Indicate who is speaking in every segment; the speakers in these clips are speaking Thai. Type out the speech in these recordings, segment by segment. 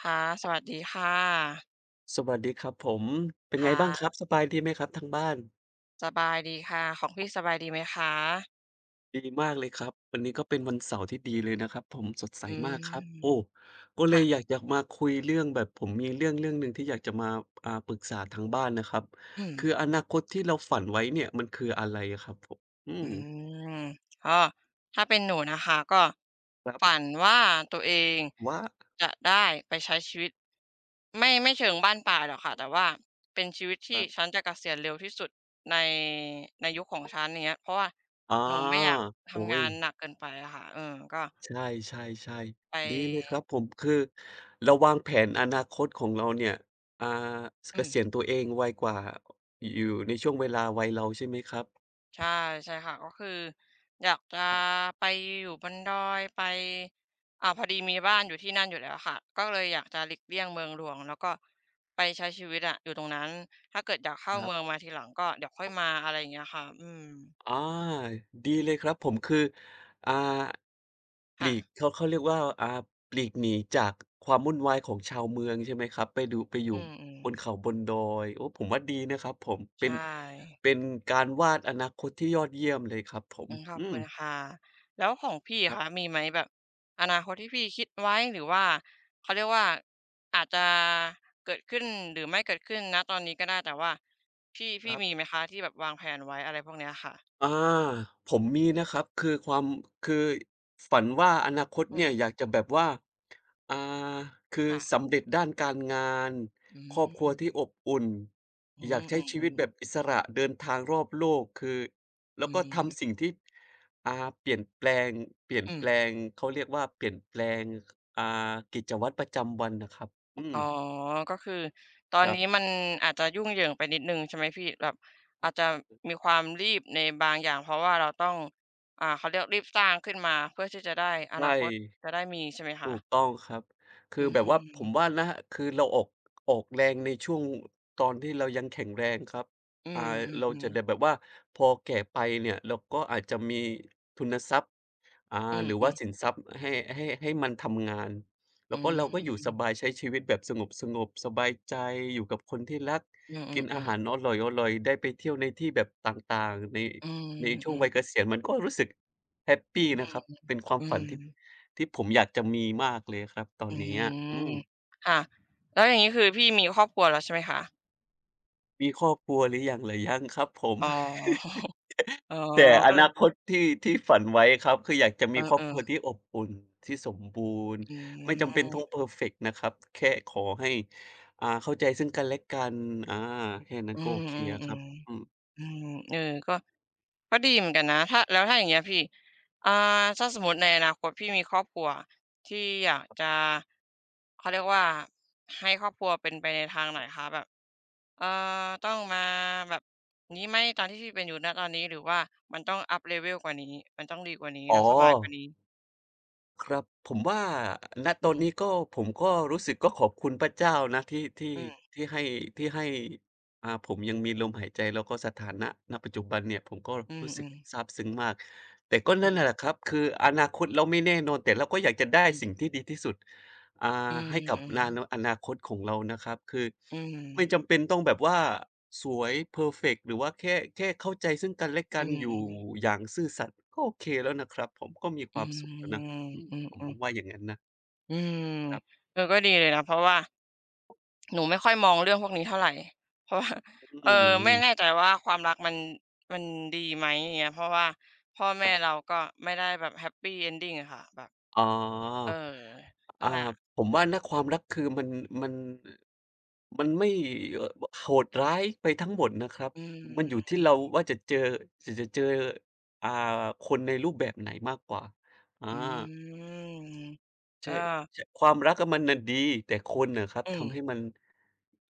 Speaker 1: ค่ะสวัสดีค่ะ
Speaker 2: สวัสดีครับผมเป็น
Speaker 1: ค
Speaker 2: ไงบ้างครับ
Speaker 1: ่ะ
Speaker 2: สบายดีไหมครับทางบ้าน
Speaker 1: สบายดีค่ะ ของพี่สบายดีไหมคะ
Speaker 2: ดีมากเลยครับวันนี้ก็เป็นวันเสาร์ที่ดีเลยนะครับผมสดใส
Speaker 1: อื
Speaker 2: มากครับ
Speaker 1: ม
Speaker 2: โอ้ก็เล
Speaker 1: ค่ะ
Speaker 2: ยอยากมาคุยเรื่องแบบผมมีเรื่องหนึ่งที่อยากจะมาปรึกษาทางบ้านนะครับ
Speaker 1: อืม
Speaker 2: คืออนาคตที่เราฝันไว้เนี่ยมันคืออะไรอะครับผมอื
Speaker 1: อื
Speaker 2: ม
Speaker 1: มก็ถ้าเป็นหนูนะคะก็
Speaker 2: ครั
Speaker 1: ฝั
Speaker 2: บ
Speaker 1: นว่าตัวเอง
Speaker 2: ว่า
Speaker 1: จะได้ไปใช้ชีวิตไม่เชิงบ้านป่าหรอกค่ะแต่ว่าเป็นชีวิต
Speaker 2: ค
Speaker 1: ที่
Speaker 2: รั
Speaker 1: ฉั
Speaker 2: บ
Speaker 1: นจะเกษียณเร็วที่สุดในในยุคของฉันอย่างเงี้ยเพราะว่า
Speaker 2: ออ
Speaker 1: หนูไม่อยาก
Speaker 2: โอ๊
Speaker 1: ทำงา
Speaker 2: ย
Speaker 1: นหนักเกินไปอะค่ะเออก็
Speaker 2: ใช่ๆ
Speaker 1: ไป
Speaker 2: ๆดีเลยครับผมคือเราวางแผนอนาคตของเราเนี่ยอ่าเก
Speaker 1: อืม
Speaker 2: ษียณตัวเองไวกว่าอยู่ในช่วงเวลาวัยเราใช่ไหมครับ
Speaker 1: ใช่ใช่ค่ะก็คืออยากจะ
Speaker 2: ครับ
Speaker 1: ไปอยู่บนดอยไปพอดีมีบ้านอยู่ที่นั่นอยู่แล้วค่ะก็เลยอยากจะหลีกเลี่ยงเมืองหลวงแล้วก็ไปใช้ชีวิตอะอยู่ตรงนั้นถ้าเกิดอยากเข้า
Speaker 2: ครั
Speaker 1: เมือง
Speaker 2: บ
Speaker 1: มาทีหลังก็เดี๋ยวค่อยมาอะไรอย่างเงี้ยค่ะอืม
Speaker 2: อาดีเลยครับผมคืออ่าป
Speaker 1: ค่ะ
Speaker 2: ลีกเขาเรียกว่าปลีกหนีจากความวุ่นวายของชาวเมืองใช่ไหมครับไปดูไปอยู่
Speaker 1: อืม
Speaker 2: บนเขาบนดอยโอ้ผมว่าดีนะครับผม
Speaker 1: ๆ
Speaker 2: เป็น
Speaker 1: ใช่
Speaker 2: เป็นการวาดอนาคตที่ยอดเยี่ยมเลยครับผม
Speaker 1: อืมขอบ
Speaker 2: อื
Speaker 1: คุ
Speaker 2: ม
Speaker 1: ณค่ะแล้วของพี่
Speaker 2: ค
Speaker 1: อะ
Speaker 2: รับ
Speaker 1: คะมีไหมแบบอนาคตที่พี่คิดไว้หรือว่าเขาเรียกว่าอาจจะเกิดขึ้นหรือไม่เกิดขึ้นณตอนนี้ก็ได้แต่ว่าพี่
Speaker 2: ค
Speaker 1: พี่
Speaker 2: รั
Speaker 1: มี
Speaker 2: บ
Speaker 1: ไหมคะที่แบบวางแผนไว้อะไรพวกเนี้ยค่ะ
Speaker 2: อาผมมีนะครับคือความคือฝันว่าอนาคต
Speaker 1: อื
Speaker 2: เนี่
Speaker 1: ม
Speaker 2: ยอยากจะแบบว่าอ่าคือ
Speaker 1: ค่ะ
Speaker 2: สำเร็จด้านการงาน
Speaker 1: อื
Speaker 2: ครอบครัวที่
Speaker 1: ม
Speaker 2: อบอุ่น
Speaker 1: อื
Speaker 2: อยาก
Speaker 1: ม
Speaker 2: ใช้
Speaker 1: อื
Speaker 2: ชีวิต
Speaker 1: อ
Speaker 2: แบบ
Speaker 1: ๆ
Speaker 2: อิสระเดินทางรอบโลกคือแล้ว
Speaker 1: อื
Speaker 2: ก็
Speaker 1: ม
Speaker 2: ทำสิ่งที่อ่าเปลี่ยนแปลงเปลี่ยน
Speaker 1: อืม
Speaker 2: แปลงเขาเรียกว่าเปลี่ยนแปลงอ่ากิจวัตรประจำวันน่ะครับอืม
Speaker 1: อ๋อก็คือตอ
Speaker 2: ค
Speaker 1: น
Speaker 2: รั
Speaker 1: นี้
Speaker 2: บ
Speaker 1: มันอาจจะยุ่งเหยิงไปนิดหนึ่งใช่ไหมพี่แบบอาจจะมีความรีบในบางอย่างเพราะว่าเราต้องเขาเรียกรีบสร้างขึ้นมาเพื่อที่จะได้อ
Speaker 2: ใช่
Speaker 1: นาคตจะได้มีใช่ไหม
Speaker 2: ถู
Speaker 1: คะ
Speaker 2: กต้องครับคื
Speaker 1: อื
Speaker 2: อแบบว่าผมว่า
Speaker 1: ม
Speaker 2: นะคือเราออกแรงในช่วงตอนที่เรายังแข็งแรงครับ
Speaker 1: อื
Speaker 2: อ่าเรา
Speaker 1: ม
Speaker 2: จะ
Speaker 1: ๆ
Speaker 2: ได้แบ
Speaker 1: ๆ
Speaker 2: บว่าพอแก่ไปเนี่ยเราก็อาจจะมีทุนทรัพย์อ่า
Speaker 1: อื
Speaker 2: หรือว่า
Speaker 1: ม
Speaker 2: สิน
Speaker 1: ๆ
Speaker 2: ทรัพย์ให้มันทำงานแล้
Speaker 1: อื
Speaker 2: วก็เราก็อยู่ส
Speaker 1: ม
Speaker 2: บายใช้ชีวิตแบบสงบๆสบายใจอยู่กับคนที่รักกินอา
Speaker 1: อือ
Speaker 2: หา
Speaker 1: ๆ
Speaker 2: ร
Speaker 1: ๆ
Speaker 2: อร่อยๆได้ไปเที่ยวในที่แบบต่างๆใน
Speaker 1: อื
Speaker 2: ใน
Speaker 1: มๆ
Speaker 2: ช่
Speaker 1: อื
Speaker 2: วงวัยเกษียณมันก็รู้สึก แฮปปี
Speaker 1: ม
Speaker 2: นะครับเป็นความ
Speaker 1: อื
Speaker 2: ฝัน
Speaker 1: ม
Speaker 2: ที่ผมอยากจะมีมากเลยครับตอน
Speaker 1: อื
Speaker 2: เนี้ยอื
Speaker 1: ม
Speaker 2: ม
Speaker 1: ค่ะแล้วอย่างงี้คือพี่มีครอบครัวแล้วใช่ไหมคะ
Speaker 2: มีครอบครัวหรือยังล่ะยังครับผม
Speaker 1: อ๋อ อ๋อ
Speaker 2: แต่อ
Speaker 1: ก็เลย
Speaker 2: นาคตที่ฝันไว้ครับคืออยากจะมีครอ
Speaker 1: เออ
Speaker 2: บครัวที่อบอุ่นที่สมบูรณ์
Speaker 1: ๆอื
Speaker 2: ไม่จำเป็น
Speaker 1: ม
Speaker 2: ต้องเพอร์เฟกต์นะครับแค่ขอให้เข้าใจซึ่งกันและกันอาแค่นั้น
Speaker 1: อื
Speaker 2: ก็โอเคอะครับ
Speaker 1: ม
Speaker 2: อื
Speaker 1: ๆ
Speaker 2: ม
Speaker 1: ๆ อืมเออก็ก็ดีเหมือนกันนะถ้าแล้วถ้าอย่างเงี้ยพี่อ่าถ้าสมมุติในอนาคตพี่มีครอบครัวที่อยากจะเขาเรียกว่าให้ครอบครัวเป็นไปในทางไหนคะแบบเอ่อต้องมาแบบนี้ไหมตามที่พี่เป็นอยู่ณตอนนี้หรือว่ามันต้อง up level กว่านี้มันต้องดีกว่านี้
Speaker 2: อ๋อ
Speaker 1: แล้วสบายกว่านี้
Speaker 2: ครับผมว่าณต
Speaker 1: อื
Speaker 2: อน
Speaker 1: ม
Speaker 2: นี้ก็ผมก็รู้สึกก็ขอบคุณพระเจ้านะที่ที่
Speaker 1: อืม
Speaker 2: ที่ให้ที่ให้ผมยังมีลมหายใจแล้วก็สถานะณปัจจุบันเนี่ยผมก็
Speaker 1: อื
Speaker 2: รู้สึก
Speaker 1: มๆ
Speaker 2: ซาบซึ้งมากแต่ก็
Speaker 1: อื
Speaker 2: นั่นแห
Speaker 1: ม
Speaker 2: ละครับคืออนาคตเราไม่แน่นอนแต่เราก็อยากจะได้สิ่งที่ดีที่สุด
Speaker 1: อื
Speaker 2: ให้กับนา
Speaker 1: ม
Speaker 2: โนอนาคตของเรานะครับคือ
Speaker 1: อืมอืม
Speaker 2: ไม่จำเป็นต้องแบบว่าสวยเพอร์เฟกต์หรือว่าแค่เข้าใจซึ่งกันและ
Speaker 1: อื
Speaker 2: กัน
Speaker 1: ม
Speaker 2: อ
Speaker 1: อื
Speaker 2: ยู่
Speaker 1: ม
Speaker 2: อย่างซื่อสัตย์ก็โอเคแล้วนะครับผมก็มีค
Speaker 1: อื
Speaker 2: วามสุขแล้ว
Speaker 1: ม
Speaker 2: นะ อืม
Speaker 1: อืมอืม
Speaker 2: ผม
Speaker 1: อื
Speaker 2: ผม
Speaker 1: ม
Speaker 2: ว่าอย่างงั้นนะ
Speaker 1: อืม
Speaker 2: ครับ
Speaker 1: เออก็ดีเลยนะเพราะว่า หนูไม่ค่อยมองเรื่องพวกนี้เท่าไรเพราะ ว่า
Speaker 2: อื
Speaker 1: เออไม่แน่
Speaker 2: ม
Speaker 1: ใจว่าความรักมันดีไหมอย่างเงี้ยเพราะว่าพ่อ
Speaker 2: ค
Speaker 1: แม่
Speaker 2: รับ
Speaker 1: เราก็ไม่ได้แบบ Happy Ending อะค่ะแบบ
Speaker 2: อ๋อ
Speaker 1: เออนั่
Speaker 2: อ่า
Speaker 1: นแหละ
Speaker 2: ผมว่านะความรักคือมันมันไม่เอ่อโหดร้ายไปทั้งหมดนะครับ
Speaker 1: อื
Speaker 2: มันอยู่
Speaker 1: ม
Speaker 2: ที่เราว่าจะเจอจะเจออ่าคนในรูปแบบไหนมากกว่าอา
Speaker 1: อืมก็
Speaker 2: ใช่ใช่ความรักอะมันน่ะดี แต่คนน่ะครับ
Speaker 1: อืม
Speaker 2: ทำให้มัน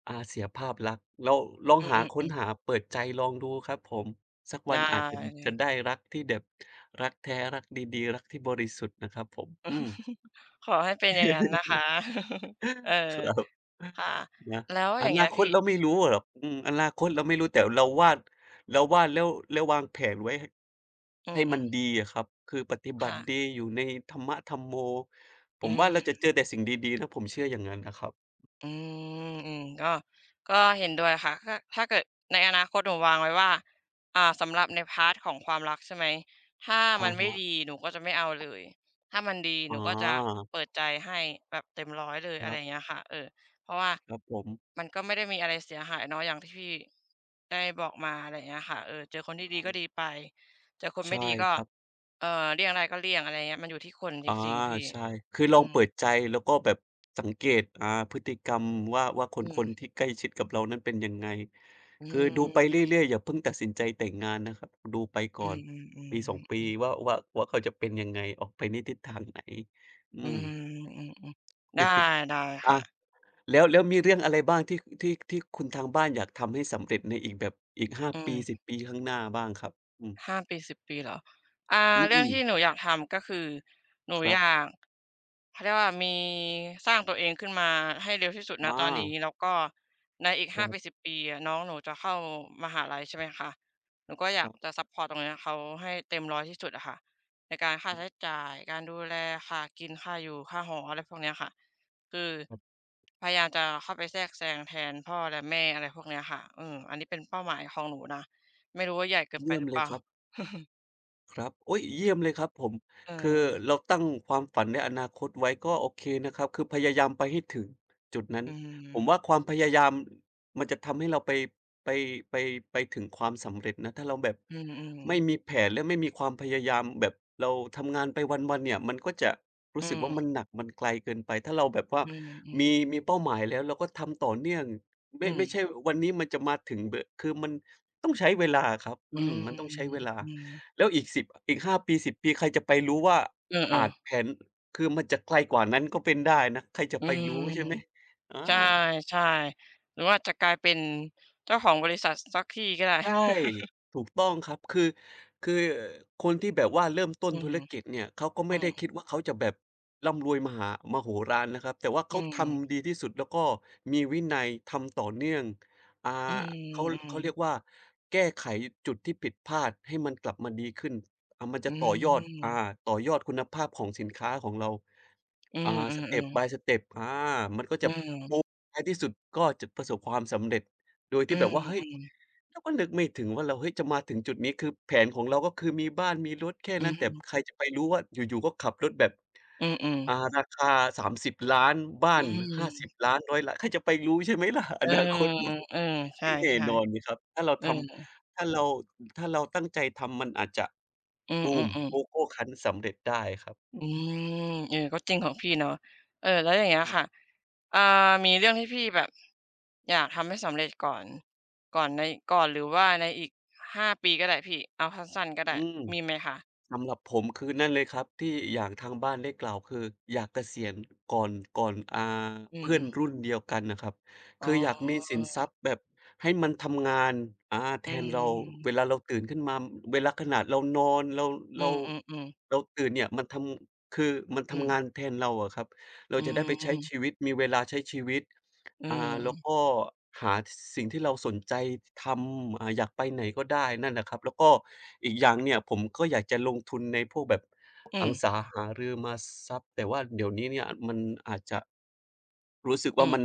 Speaker 2: เสียภาพลักษณ์เราลอง
Speaker 1: อื
Speaker 2: หาค้นหา
Speaker 1: ม
Speaker 2: เปิดใจลองดูครับผม สัก
Speaker 1: ๆๆได
Speaker 2: วันอาจจะ
Speaker 1: ้
Speaker 2: จะได้รักที่แบบรักแท้รักดีๆรักที่บริสุทธิ์นะครับผมอืม
Speaker 1: ขอให้เป็นอย่างนั้นนะคะ เออ
Speaker 2: ครับ
Speaker 1: ค่ะ
Speaker 2: นะ
Speaker 1: แล้วอ
Speaker 2: อ
Speaker 1: ย่างเงี้
Speaker 2: นา
Speaker 1: ย
Speaker 2: ค
Speaker 1: พี่
Speaker 2: ตเราไม่รู้อะหรอกอืมอนาคตเราไม่รู้แต่เราวาดแล้วแล้ววางแผนไว้ห
Speaker 1: อื
Speaker 2: ให้มัน
Speaker 1: ม
Speaker 2: ดีอะครับคือปฏิ
Speaker 1: ๆ
Speaker 2: บั
Speaker 1: ค่ะ
Speaker 2: ติดีอยู่ในธรรมะธัมโมผ
Speaker 1: อื
Speaker 2: มว่า
Speaker 1: ม
Speaker 2: เราจะเจอแต่สิ่งดีๆนะผมเชื่ออย่างงั้นนะครับ
Speaker 1: อืมอืมก็เห็นด้วยค่ะถ้าถ้าเกิดในอนาคตหนูวางไว้ว่าสำหรับในพาร์ตของความรักใช่ไหมถ้ามั
Speaker 2: อะ
Speaker 1: นไม่
Speaker 2: ฮะ
Speaker 1: ดีหนูก็จะไม่เอาเลยถ้ามันดี
Speaker 2: อ๋
Speaker 1: ห
Speaker 2: อ
Speaker 1: นูก็จะเปิดใจให้แบบเต็มร้อยเลย
Speaker 2: ค
Speaker 1: อะไร
Speaker 2: รั
Speaker 1: อย่าง
Speaker 2: บ
Speaker 1: เงี้ยค่ะเออเพราะว่า
Speaker 2: ครับผม
Speaker 1: มันก็ไม่ได้มีอะไรเสียหายเนาะอย่างที่พี่ได้บอกมาอะไรอย่างเงี้ยค่ะเออเจอคนที่ดี
Speaker 2: อา
Speaker 1: ก็ดีไปเจอคนไม่
Speaker 2: ใช่
Speaker 1: ดีก็
Speaker 2: ครับ
Speaker 1: เอ่อเลี่ยงได้ก็เลี่ยงอะไรอย่างเงี้ยมันอยู่ที่คนจ
Speaker 2: อา
Speaker 1: ริงๆพี่
Speaker 2: ใช่คือ
Speaker 1: อื
Speaker 2: ลองเปิดใจ
Speaker 1: ม
Speaker 2: แล้วก็แบบสังเกตพฤติกรรมว่าค
Speaker 1: อืม
Speaker 2: นๆที่ใกล้ชิดกับเรานั้นเป็นยังไง
Speaker 1: อื
Speaker 2: คือดูไป
Speaker 1: ม
Speaker 2: เรื่อยๆอย่าเพิ่งตัดสินใจแต่งงานนะครับดูไปก่อ
Speaker 1: อือ
Speaker 2: นปีสอง
Speaker 1: ๆ
Speaker 2: ปี
Speaker 1: ๆ
Speaker 2: ว่าเขาจะเป็นยังไงออกไปในทิศทางไหนอื
Speaker 1: อื
Speaker 2: ม
Speaker 1: มอือๆได้ได้ ค่ะ
Speaker 2: อาแล้วแล้วมีเรื่องอะไรบ้างที่คุณทางบ้านอยากทำให้สำเร็จในอีกแบบอีก5
Speaker 1: อื
Speaker 2: ปี
Speaker 1: ม
Speaker 2: 10ปีข้างหน้าบ้างครับอืม
Speaker 1: ห้าปี10ปีเหรอ
Speaker 2: อ
Speaker 1: อ่าเรื่อ
Speaker 2: ื
Speaker 1: ง
Speaker 2: ม
Speaker 1: ที่หนู
Speaker 2: ๆ
Speaker 1: อยากทำก็คือหนู
Speaker 2: ครั
Speaker 1: อยา
Speaker 2: บ
Speaker 1: กเขาเรียกว่ามีสร้างตัวเองขึ้นมาให้เร็วที่สุดณตอนนี้
Speaker 2: อา
Speaker 1: แล้วก็ในอีก
Speaker 2: ค
Speaker 1: ห้า
Speaker 2: รั
Speaker 1: ปีสิบ
Speaker 2: บ
Speaker 1: ปีอะน้องหนูจะเข้ามหาลัยใช่ไหมคะหนูก็อ
Speaker 2: ค
Speaker 1: ยาก
Speaker 2: รั
Speaker 1: จะ
Speaker 2: บ
Speaker 1: ซัปพอร์ตตรงเนี้ยเขาให้เต็ม1อยที่สุดอะค่ะในการค่าใช้จ่ายการดูแลค่ากินค่าอยู่ค่าหออะไรพวกเนี้ยค่ะคือ
Speaker 2: ครับ
Speaker 1: พยายามจะเข้าไปแทรกแซงแทนพ่อและแม่อะไรพวกเนี้ยค่ะอืมอันนี้เป็นเป้าหมายของหนูนะไม่รู้ว่าใหญ่เกินไป
Speaker 2: เยี่ย
Speaker 1: ห
Speaker 2: ม
Speaker 1: รือ
Speaker 2: เล
Speaker 1: เป
Speaker 2: ย
Speaker 1: ล่า
Speaker 2: ครับ ครับโอ๊ยเยี่ยมเลยครับผม
Speaker 1: เออ
Speaker 2: คือเราตั้งความฝันในอนาคตไว้ก็โอเคนะครับคือพยายามไปให้ถึงจุดนั้น
Speaker 1: อื
Speaker 2: ผ
Speaker 1: ม
Speaker 2: มว่าความพยายามมันจะทำให้เราไปไปไปถึงความสำเร็จนะถ้าเราแบบ
Speaker 1: อืม
Speaker 2: ไม่
Speaker 1: ๆ
Speaker 2: มีแผนและไม่มีความพยายามแบบเราทำงานไปวันๆเนี่ยมันก็จะ
Speaker 1: อื
Speaker 2: รู้สึกว่ามัน
Speaker 1: ม
Speaker 2: หนักมันไกลเกินไปถ้าเราแบบว่า
Speaker 1: อื
Speaker 2: มี
Speaker 1: ม
Speaker 2: มีเป้าหมายแล้วเราก็ทำต่อเนื่อง
Speaker 1: ๆ
Speaker 2: ไม่
Speaker 1: อืม
Speaker 2: ไม่ใช่วันนี้มันจะมาถึงบคือมันต้องใช้เวลาอะครับ
Speaker 1: อื
Speaker 2: อืม
Speaker 1: ม
Speaker 2: มันต้องใช้เวลา
Speaker 1: อืม
Speaker 2: แล้วอีกสิบอีก5ปี10ปีใครจะไปรู้ว่า
Speaker 1: เออ
Speaker 2: อาจ
Speaker 1: ๆ
Speaker 2: แผนคือมันจะไกลกว่านั้นก็เป็นได้นะใครจะ
Speaker 1: อื
Speaker 2: ไป
Speaker 1: ม
Speaker 2: รู้ใช่ไหมอา
Speaker 1: ใช่ๆหรือว่าจะกลายเป็นเจ้าของบริษัทสักทีก็ได้
Speaker 2: ใช่ ถูกต้องครับคือคนที่แบบว่าเริ่มต้
Speaker 1: อื
Speaker 2: นธุ
Speaker 1: ม
Speaker 2: รกิจเนี่ยเขาก็
Speaker 1: อื
Speaker 2: ไม่
Speaker 1: ม
Speaker 2: ได้คิดว่าเขาจะแบบร่ำรวยมหามโหฬารนะครับแต่ว่า
Speaker 1: อื
Speaker 2: เขา
Speaker 1: ม
Speaker 2: ทำดีที่สุดแล้วก็มีวินัยทำต่อเนื่องอ่า
Speaker 1: อืม
Speaker 2: เขา
Speaker 1: อืม
Speaker 2: เขาเรียกว่าแก้ไขจุดที่ผิดพลาดให้มันกลับมาดีขึ้นอ่ามัน
Speaker 1: อื
Speaker 2: จะต่อยอดอ่า
Speaker 1: ม
Speaker 2: ต่อยอดคุณภาพของสินค้าของเรา
Speaker 1: อื
Speaker 2: อ่า
Speaker 1: มอืมอื
Speaker 2: step
Speaker 1: ม
Speaker 2: by step อามันก็
Speaker 1: อื
Speaker 2: จะ
Speaker 1: ม
Speaker 2: ท้ายที่สุดก็จะประสบความสำเร็จ โดย
Speaker 1: อื
Speaker 2: ที่แบบว่าเฮ้ย
Speaker 1: ม
Speaker 2: เราก็นึกไม่ถึงว่าเราเฮ้ยจะมาถึงจุดนี้คือแผนของเราก็คือมีบ้านมีรถแค่
Speaker 1: อื
Speaker 2: นั้นแต่ใค
Speaker 1: ม
Speaker 2: รจะไปรู้ว่าอยู่ๆก็ขับรถแบบ
Speaker 1: อืม
Speaker 2: อ่าราคา3 0ิบล้านบ้า
Speaker 1: อื
Speaker 2: น5 0
Speaker 1: ม
Speaker 2: 0 0 0 0 0้1 0 0 0 0 0 0 0ใครจะไปรู้ใช่ไหมล่ะ
Speaker 1: เอ
Speaker 2: อ
Speaker 1: อ
Speaker 2: นาคตเรา
Speaker 1: ๆใช
Speaker 2: ไม่แน่
Speaker 1: ่
Speaker 2: นอนนี่ครับถ้าเรา
Speaker 1: ๆเออ
Speaker 2: ทำถ้าเราตั้งใจทำมันอาจจะ
Speaker 1: อื
Speaker 2: บูม
Speaker 1: อ
Speaker 2: โก
Speaker 1: ๆ
Speaker 2: โก้คันสำเร็จได้ครับ
Speaker 1: อืมเออก็จริงของพี่เนาะเออแล้วอย่างเงี้ย
Speaker 2: ครั
Speaker 1: ค่ะ
Speaker 2: บ
Speaker 1: อ่ามีเรื่องที่พี่แบบอยากทำให้สำเร็จก่อนก่อนในก่อนหรือว่าในอีกห้าปีก็ได้พี่เอาสั้นๆก็ได้
Speaker 2: อืม
Speaker 1: มีไหมคะ
Speaker 2: สำหรับผมคือนั่นเลยครับที่อย่างทางบ้านได้กล่าวคืออยากเกษียณก่อนก่อนอ่า
Speaker 1: อื
Speaker 2: เพื่อน
Speaker 1: ม
Speaker 2: รุ่นเดียวกันน่ะครับ
Speaker 1: ๆอ๋อ
Speaker 2: คืออยากมีสินทรัพย์แบบให้มันทำงานอาแท
Speaker 1: อื
Speaker 2: นเราเว
Speaker 1: ม
Speaker 2: ลาเราตื่นขึ้นมาเวลาขนาดเรานอน
Speaker 1: อื
Speaker 2: เรา
Speaker 1: มอือ
Speaker 2: เราตื่นเนี่ยมันทำคือมัน
Speaker 1: ๆอืม
Speaker 2: ทำงานแทนเราอะครับเรา
Speaker 1: อื
Speaker 2: จะได้ไปใช้
Speaker 1: ม
Speaker 2: ชีวิตมีเวลาใช้ชีวิต
Speaker 1: อื
Speaker 2: อ่าแล้ว
Speaker 1: ม
Speaker 2: ก็หาสิ่งที่เราสนใจทำอ่าอยากไปไหนก็ได้นั่นแหละครับแล้วก็อีกอย่างเนี่ยผมก็อยากจะลงทุนในพวกแบบอ
Speaker 1: อื
Speaker 2: สั
Speaker 1: ม
Speaker 2: งสาหาริมทรัพย์แต่ว่าเดี๋ยวนี้เนี่ยมันอาจจะรู้สึก
Speaker 1: อื
Speaker 2: ว่า
Speaker 1: ม
Speaker 2: มัน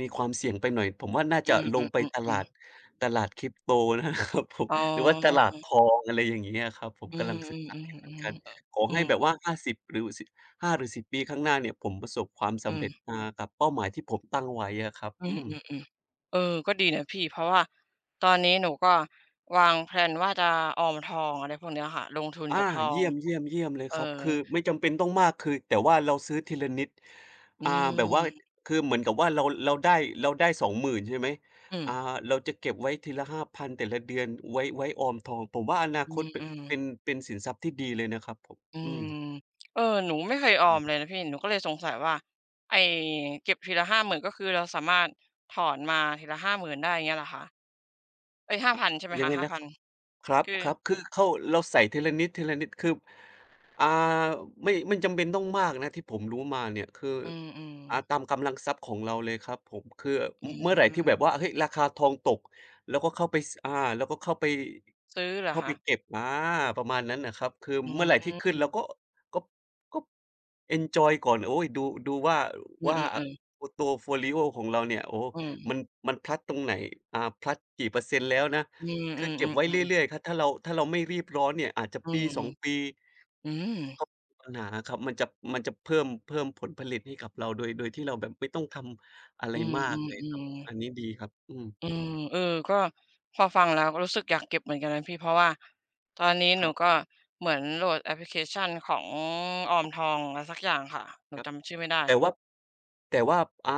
Speaker 2: มีความเสี่ยงไปหน่อยผมว่าน่า
Speaker 1: อื
Speaker 2: จะลงไป
Speaker 1: อ
Speaker 2: ตลา
Speaker 1: ๆ
Speaker 2: ด
Speaker 1: ๆๆ
Speaker 2: ตลาด Crypto นะครับผม
Speaker 1: อ๋
Speaker 2: หรือว่าต
Speaker 1: อ
Speaker 2: ลาดทองอะไรอย่างเงี้ยครับผม
Speaker 1: อื
Speaker 2: กำลังศึกษาอยู่เหมือน
Speaker 1: ม
Speaker 2: กัน
Speaker 1: ๆๆๆเออ
Speaker 2: ขอ
Speaker 1: อื
Speaker 2: ให้แบบ
Speaker 1: ม
Speaker 2: ว่า50หรือส 5หรือ10ปีข้างหน้าเนี่ยผมประสบความ
Speaker 1: อื
Speaker 2: สำเร็จ
Speaker 1: ม
Speaker 2: อ่ากับเป้าหมายที่ผมตั้งไว้อะครับ
Speaker 1: อื
Speaker 2: อื
Speaker 1: ม
Speaker 2: ม
Speaker 1: อืมอืมเออก็ดีนะพี่เพราะว่าตอนนี้หนูก็วางแพลนว่าจะออมทองอะไรพวกเนี้ยค่ะลงทุน
Speaker 2: อา
Speaker 1: กับทอง
Speaker 2: เยี่ยมเลย
Speaker 1: เออ
Speaker 2: ครับ คือไม่จำเป็นต้องมากคือแต่ว่าเราซื้อทีละนิด
Speaker 1: อื
Speaker 2: อ่าแบบว่า
Speaker 1: ม
Speaker 2: คือเหมือนกับว่าเราได้เราได้สองหมื่นใช่ไหม
Speaker 1: อืม
Speaker 2: อ่าเราจะเก็บไว้ทีละ5,000แต่ละเดือนไว้ไว้ออมทอง ผมว่าอนา
Speaker 1: อื
Speaker 2: ค
Speaker 1: ม
Speaker 2: ตเป็น
Speaker 1: อืม
Speaker 2: เป็นเป็นสินทรัพย์ที่ดีเลยนะครับผม
Speaker 1: อื
Speaker 2: อื
Speaker 1: ม
Speaker 2: ม
Speaker 1: เออหนูไม่เคยออมเล
Speaker 2: ใช่
Speaker 1: ยนะพี่หนูก็เลยสงสัยว่าไอ้เก็บทีละหาหมื่นก็คือเราสามารถถอนมาทีละหาหมื่นได้่เงี้ยเหรอคะเอ๊ยห้า0ั0ใช่ไหม
Speaker 2: ยัง
Speaker 1: คะ
Speaker 2: ไง
Speaker 1: ห้า
Speaker 2: นะ
Speaker 1: พั
Speaker 2: ค
Speaker 1: น
Speaker 2: รับครับ
Speaker 1: คือ
Speaker 2: ครับคือเข้าเราใส่ทีละนิดทีละนิดคืออ่าไม่ไม่จำเป็นต้องมากนะที่ผมรู้มาเนี่ยคือ
Speaker 1: อืมอืม
Speaker 2: อ่าตามกำลังทรัพย์ของเราเลยครับผมคือ
Speaker 1: อื
Speaker 2: มเมื่อไหร่ที่แบบ
Speaker 1: ม
Speaker 2: ว่าเฮ้ยราคาทองตกเราก็เข้าไปสอ่าเราก็เข้าไป
Speaker 1: ซื้อเหรอ
Speaker 2: เข้าไป
Speaker 1: คะ
Speaker 2: เก็บอาประมาณนั้นน่ะครับคือ
Speaker 1: อื
Speaker 2: เมื่อไหร่ที่ขึ้นเรา
Speaker 1: ม
Speaker 2: ก็ก็เอนจอยก่อนโอ๊ยดูว่า
Speaker 1: อืม
Speaker 2: ว่า
Speaker 1: อืมอืม
Speaker 2: ตัวร์โฟลิโอของเราเนี่ยโอ้
Speaker 1: อื
Speaker 2: มันมันพลัดตรงไหนอ่าพลัดกี่เปอร์เซ็นต์แล้วนะ
Speaker 1: มอืมอื
Speaker 2: คือ
Speaker 1: ม
Speaker 2: เก็บไว้
Speaker 1: อื
Speaker 2: เ
Speaker 1: ม
Speaker 2: รื่อยๆครับถ้าเราไม่รีบร้อนเนี่ยอาจจะ
Speaker 1: อื
Speaker 2: ปี
Speaker 1: ม
Speaker 2: 2ปี
Speaker 1: อืม อื
Speaker 2: ก็
Speaker 1: ม
Speaker 2: มีปัญหาครับมันจะเพิ่มผลผลิตให้กับเราโดยที่เราแบบไม่ต้องทำอะไร
Speaker 1: อืม
Speaker 2: มา
Speaker 1: อื
Speaker 2: ก
Speaker 1: ม
Speaker 2: เลย
Speaker 1: อื
Speaker 2: ครั
Speaker 1: ม
Speaker 2: บอันนี้ดีครับอืม
Speaker 1: อืมเออก็พอฟังแล้วก็รู้สึกอยากเก็บเหมือนกันนะพี่เพราะว่าตอนนี้ห
Speaker 2: ค
Speaker 1: นู
Speaker 2: รับ
Speaker 1: ก็เหมือนโหลดแอปพลิเคชันของออมทองอะไรสักอย่างค่ะหนู
Speaker 2: ครับ
Speaker 1: จำชื่อไม่ได้
Speaker 2: แต่ว่าแต่ว่าอ่า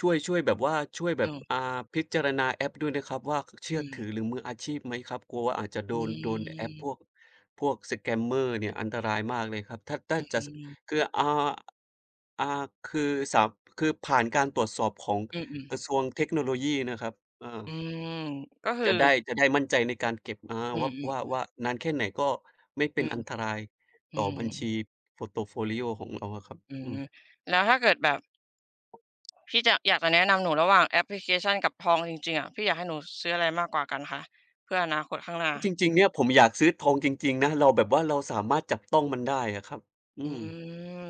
Speaker 2: ช่วยแบบว่าช่วยแบ
Speaker 1: อื
Speaker 2: บ
Speaker 1: ม
Speaker 2: อ่าพิจารณาแอปด้วยนะครับว่าเชื่
Speaker 1: อื
Speaker 2: อ
Speaker 1: ม
Speaker 2: ถือหรือมืออาชีพไหมครับกลัวว่าอาจจะโด
Speaker 1: อื
Speaker 2: นโดนแอปพวก
Speaker 1: ม
Speaker 2: พวก Scammer เนี่ยอันตรายมากเลยครับถ้า
Speaker 1: อื
Speaker 2: จะส
Speaker 1: ม
Speaker 2: คืออ่าคือสามคือผ่านการตรวจสอบของ
Speaker 1: อืมอ
Speaker 2: กระทรวงเทคโนโลยีนะครับเออ
Speaker 1: ๆอืมก็คือ
Speaker 2: จะได้จะได้มั่นใจในการเก็บอา
Speaker 1: อืม
Speaker 2: ว่า
Speaker 1: อื
Speaker 2: ว่า
Speaker 1: ม
Speaker 2: ว่านานแค่ไหนก็ไม่
Speaker 1: อื
Speaker 2: เป็น
Speaker 1: ม
Speaker 2: อันตราย
Speaker 1: อื
Speaker 2: ต่อ
Speaker 1: ม
Speaker 2: บัญชี Portfolio ของเราอะครับ
Speaker 1: อื
Speaker 2: อื
Speaker 1: ม
Speaker 2: ม
Speaker 1: แล้วถ้าเกิดแบบพี่จะอยากจะแนะนำหนูระหว่างแอปพลิเคชันกับทองจริงๆอะพี่อยากให้หนูซื้ออะไรมากกว่ากันคะเพื่ออนาคตข้างหน้า
Speaker 2: จริงๆเนี่ยผมอยากซื้อทองจริงๆนะเราแบบว่าเราสามารถจับต้องมันได้อะครับ
Speaker 1: อื
Speaker 2: อืม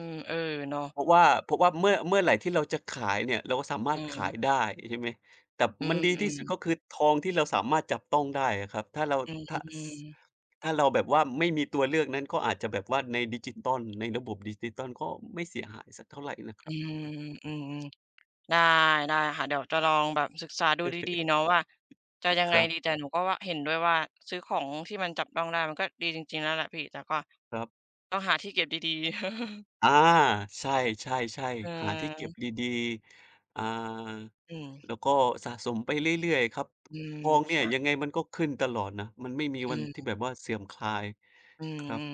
Speaker 1: มเออเนาะ
Speaker 2: เพราะว่าเมื่อเมื่อไหร่ที่เราจะขายเนี่ยเราก็สามาร
Speaker 1: อื
Speaker 2: ถ
Speaker 1: ม
Speaker 2: ขายได้ใช่ไหมแต่
Speaker 1: อื
Speaker 2: มั
Speaker 1: ม
Speaker 2: นดี
Speaker 1: อื
Speaker 2: ที่
Speaker 1: ม
Speaker 2: สุดก็คือทองที่เราสามารถจับต้องได้อะครับถ้าเรา
Speaker 1: อื
Speaker 2: ถ้า
Speaker 1: ม
Speaker 2: สถ้าเราแบบว่าไม่มีตัวเลือกนั้นก็อาจจะแบบว่าในดิจิทัลในระบบดิจิทัลก็ไม่เสียหายสักเท่าไรนะค
Speaker 1: อื
Speaker 2: รับอื
Speaker 1: ม
Speaker 2: ม
Speaker 1: อืมได้ได้ค่ะเดี๋ยวจะลองแบบศึกษาดูดีๆเนาะว่าจะยัง
Speaker 2: ค
Speaker 1: ไง
Speaker 2: รับ
Speaker 1: ดีแต่หนูก็ว่าเห็นด้วยว่าซื้อของที่มันจับต้องได้มันก็ดีจริงๆแล้วแหละพี่แต่ก็
Speaker 2: ครับ
Speaker 1: ต้องหาที่เก็บดีๆ
Speaker 2: อาใช่ใชช ๆหาที่เก็บ
Speaker 1: เออ
Speaker 2: ดีๆ
Speaker 1: อืม
Speaker 2: แล้วก็สะสมไปเรื่อยๆครับ
Speaker 1: อืม
Speaker 2: ทองเนี่ย
Speaker 1: ใช่
Speaker 2: ยังไงมันก็ขึ้นตลอดนะมันไม่มี
Speaker 1: อื
Speaker 2: วันที่
Speaker 1: ม
Speaker 2: แบบว่าเสื่อมคลาย
Speaker 1: อืม
Speaker 2: ครั
Speaker 1: อื
Speaker 2: บ
Speaker 1: ม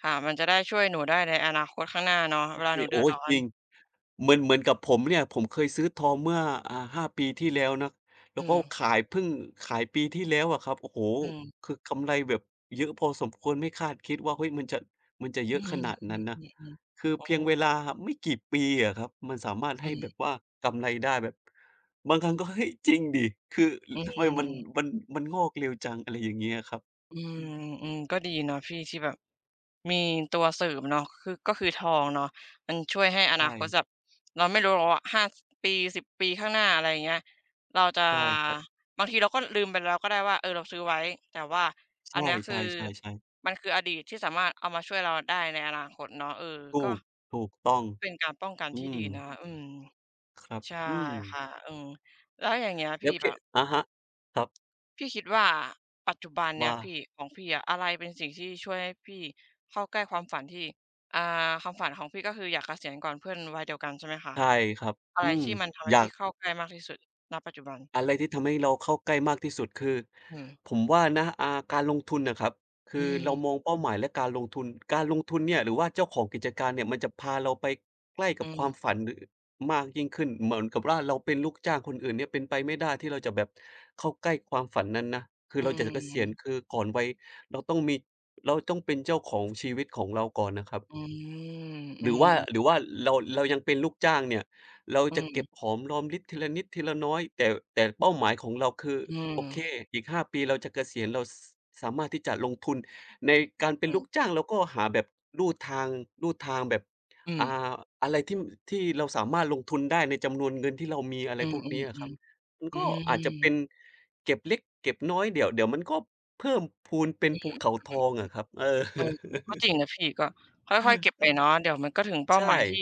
Speaker 1: ค่ะมันจะได้ช่วยหนูได้ในอนาคตข้างหน้าเนาะเวลาหนู
Speaker 2: เอ๊ะ
Speaker 1: เดือด
Speaker 2: โอ๊ย
Speaker 1: ร้อ
Speaker 2: จ
Speaker 1: น
Speaker 2: ริงเหมือนกับผมเนี่ยผมเคยซื้อทองเมื่อห้าปีที่แล้วนะแล้
Speaker 1: อื
Speaker 2: วก็
Speaker 1: ม
Speaker 2: ขายเพิ่งขายปีที่แล้วอะครับโอ้โฮ
Speaker 1: อืม
Speaker 2: คือกำไรแบบเยอะพอสมควรไม่คาดคิดว่าเฮ้ยมันจะมันจะเย
Speaker 1: อื
Speaker 2: อะข
Speaker 1: ม
Speaker 2: นาดนั้นนะ
Speaker 1: ออ
Speaker 2: คือ
Speaker 1: ๆโอ้
Speaker 2: เพียงเวลาไม่กี่ปีอะครับมันสามารถ
Speaker 1: อื
Speaker 2: ให้แบ
Speaker 1: ม
Speaker 2: บว่ากำไรได้แบบบางครั้งก็เฮ้ยจริงดิคือ
Speaker 1: อื
Speaker 2: ทำไมมัน
Speaker 1: ม
Speaker 2: มันมันงอกเร็วจังอะไรอย่างเงี้ยครับ
Speaker 1: อื
Speaker 2: อืม
Speaker 1: มอืมก็ดีเนาะพี่ที่แบบมีตัวเสริมเนาะคือก็คือทองเนาะมันช่วยให้อนาคตแบ
Speaker 2: ใช่
Speaker 1: บเราไม่รู้หรอกว่า5ปี10ปีข้างหน้าอะไรอย่างเงี้ยเราจะ
Speaker 2: ใช่ครับ
Speaker 1: บางทีเราก็ลืมไปแล้วก็ได้ว่าเออเราซื้อไว้แต่ว่า
Speaker 2: ใช
Speaker 1: อันเนี้ยคื
Speaker 2: ่
Speaker 1: อ
Speaker 2: ๆๆๆ
Speaker 1: มันคืออดีตที่สามารถเอามาช่วยเราได้ในอนาคตเนาะเออ
Speaker 2: ถู
Speaker 1: ก็
Speaker 2: กถูกต้อง
Speaker 1: เป็นการป้องกัน
Speaker 2: อื
Speaker 1: ที่
Speaker 2: ม
Speaker 1: ดีนะอืม
Speaker 2: ครับ
Speaker 1: ใช่
Speaker 2: อืม
Speaker 1: ค่ะอืมแล้วอย่างเงี้ย
Speaker 2: แล้
Speaker 1: พี่
Speaker 2: วเพ
Speaker 1: แบบ
Speaker 2: จอะฮะครับ
Speaker 1: พี่คิดว่าปัจจุบันเนี่ย
Speaker 2: ว่า
Speaker 1: พี่ของพี่อะอะไรเป็นสิ่งที่ช่วยให้พี่เข้าใกล้ความฝันที่อ่าความฝันของพี่ก็คืออยากเกษียณก่อนเพื่อนวัยเดียวกันใช่ไหมคะ
Speaker 2: ใช่ครับ
Speaker 1: อะ
Speaker 2: อื
Speaker 1: ไร
Speaker 2: ม
Speaker 1: ที่มันทำ
Speaker 2: อ
Speaker 1: ให้
Speaker 2: ยา
Speaker 1: พี่
Speaker 2: ก
Speaker 1: เข้าใกล้มากที่สุดณปัจจุบัน
Speaker 2: อะไรที่ทำให้เราเข้าใกล้มากที่สุดคือ
Speaker 1: อืม
Speaker 2: ผมว่านะการลงทุนน่ะครับ
Speaker 1: อื
Speaker 2: คือเรามอ
Speaker 1: ม
Speaker 2: งเป้าหมายและการลงทุนการลงทุนเนี่ยหรือว่าเจ้าของกิจการเนี่ยมันจะพาเราไปใกล้
Speaker 1: อื
Speaker 2: กับความ
Speaker 1: ม
Speaker 2: ฝันหรือมากยิ่งขึ้น เหมือน กับว่าเราเป็นลูกจ้างคนอื่นเนี่ยเป็นไปไม่ได้ที่เราจะแบบเข้าใกล้ความฝันนั้นนะคือ
Speaker 1: อื
Speaker 2: เราจะเกษียณ
Speaker 1: ม
Speaker 2: คือก่อนวัยเราต้องมีเราต้องเป็นเจ้าของชีวิตของเราก่อนนะครั
Speaker 1: อื
Speaker 2: บ
Speaker 1: มอื
Speaker 2: หรือว่า
Speaker 1: ม
Speaker 2: หรือว่าเรายังเป็นลูกจ้างเนี่ยเรา
Speaker 1: อื
Speaker 2: จะเก็
Speaker 1: ม
Speaker 2: บหอมรอมริบทีละนิดทีละน้อยแต่แต่เป้าหมายของเราคือ
Speaker 1: อืม
Speaker 2: โอเคอีกห้าปีเราจะเกษียณเราสสามารถที่จะลงทุนในการเป็น
Speaker 1: อื
Speaker 2: ลูก
Speaker 1: ม
Speaker 2: จ้างเราก็หาแบบลู่ทางลู่ทางแบบ
Speaker 1: อืม
Speaker 2: อ่าอะไรที่ที่เราสามารถลงทุนได้ในจำนวนเงินที่เรามีอะไร
Speaker 1: อื
Speaker 2: พ
Speaker 1: ม
Speaker 2: วก
Speaker 1: อืม
Speaker 2: นี้อะ
Speaker 1: อื
Speaker 2: ครั
Speaker 1: ม
Speaker 2: บมัน
Speaker 1: อื
Speaker 2: ก็
Speaker 1: ม
Speaker 2: อาจจะเป็นเก็บเล็กเก็บน้อยเดี๋ยวมันก็เพิ่มพูนเป็นภูเขาทองอะครับเออ
Speaker 1: เออก็ จริงนะพี่ก็ค่อยๆเก็บไปเนาะเดี๋ยวมันก็ถึงเป้า
Speaker 2: ใช่
Speaker 1: หมายที่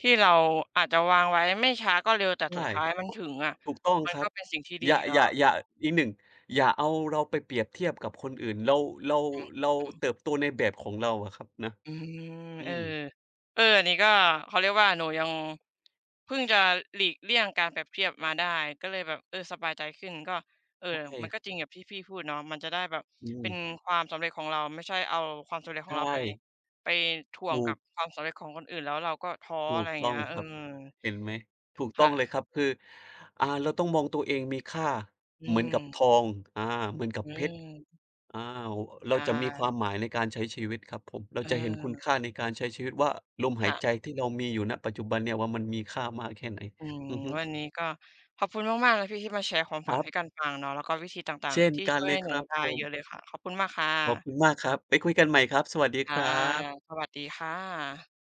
Speaker 1: ที่เราอาจจะวางไว้ไม่ช้าก็เร็วแต่สุ
Speaker 2: ใช่
Speaker 1: ดท้ายมันถึงอะ
Speaker 2: ถูกต้อง
Speaker 1: มัน
Speaker 2: ครั
Speaker 1: ก็
Speaker 2: บ
Speaker 1: เป็นสิ่งที่ดี
Speaker 2: อย่าอ
Speaker 1: เนาะ
Speaker 2: ย่าอย่าอีกหนึ่งอย่าเอาเราไปเปรียบเทียบกับคนอื่นเราเราเรา
Speaker 1: อื
Speaker 2: เติ
Speaker 1: ม
Speaker 2: บโตในแบบของเราอะครับนะ
Speaker 1: อืม
Speaker 2: อื
Speaker 1: เออ
Speaker 2: ม
Speaker 1: เอออันนี้ก็เขาเรียกว่าหนูยังเพิ่งจะหลีกเลี่ยงการเปรียบเทียบมาได้ก็เลยแบบเออสบายใจขึ้นก็เออ
Speaker 2: ใช
Speaker 1: มันก็
Speaker 2: ่
Speaker 1: จริงอย่างที่พี่พูดเนาะมันจะได้แบบ
Speaker 2: อื
Speaker 1: เป็
Speaker 2: ม
Speaker 1: นความสำเร็จของเราไม่ใช่เอาความสำเร็จของเรา
Speaker 2: ใช่
Speaker 1: ไปไปถ่วง
Speaker 2: ถู
Speaker 1: กั
Speaker 2: ก
Speaker 1: บความสำเร็จของคนอื่นแล้วเราก็ท้อ
Speaker 2: ถู
Speaker 1: อะไร
Speaker 2: ก
Speaker 1: อย่าง
Speaker 2: ต้
Speaker 1: เงี้
Speaker 2: อง
Speaker 1: ยเอ
Speaker 2: ค
Speaker 1: อ
Speaker 2: รับเห็นไหมถูกต้องเลย
Speaker 1: ค่ะ
Speaker 2: ครับคือเราต้องมองตัวเองมีค่า
Speaker 1: อื
Speaker 2: เหมือน
Speaker 1: ม
Speaker 2: กับทองอาเหมือนกับ
Speaker 1: อื
Speaker 2: เพชร
Speaker 1: ม
Speaker 2: อาเรา
Speaker 1: ใช่
Speaker 2: จะมีความหมายในการใช้ชีวิตครับผมเรา
Speaker 1: เ
Speaker 2: จะเห็นคุณ
Speaker 1: ออ
Speaker 2: ค่าในการใช้ชีวิตว่าลมหาย
Speaker 1: ค่ะ
Speaker 2: ใจที่เรามีอยู่ณปัจจุบันเนี่ยว่ามันมีค่ามากแค่ไหน
Speaker 1: อืม
Speaker 2: อือฮึ
Speaker 1: วันนี้ก็ขอบคุณมากๆเลยพี่ที่มาแชร์ความ
Speaker 2: ค
Speaker 1: ฝัน
Speaker 2: รั
Speaker 1: ให้กั
Speaker 2: บ
Speaker 1: นฟังเนาะแล้วก็วิธีต่าง
Speaker 2: เช่น
Speaker 1: ๆที่
Speaker 2: กัน
Speaker 1: ช่วย
Speaker 2: เลย
Speaker 1: ให้ห
Speaker 2: ค
Speaker 1: นู
Speaker 2: รับ
Speaker 1: ได้
Speaker 2: ผม
Speaker 1: เยอะเลยค่ะขอบคุณมากค่
Speaker 2: ขอบคุณ
Speaker 1: ะ
Speaker 2: มากครับไปคุยกันใหม่ครับสวัสดีค
Speaker 1: ค่ะ
Speaker 2: รับ
Speaker 1: สวัสดีค่ะ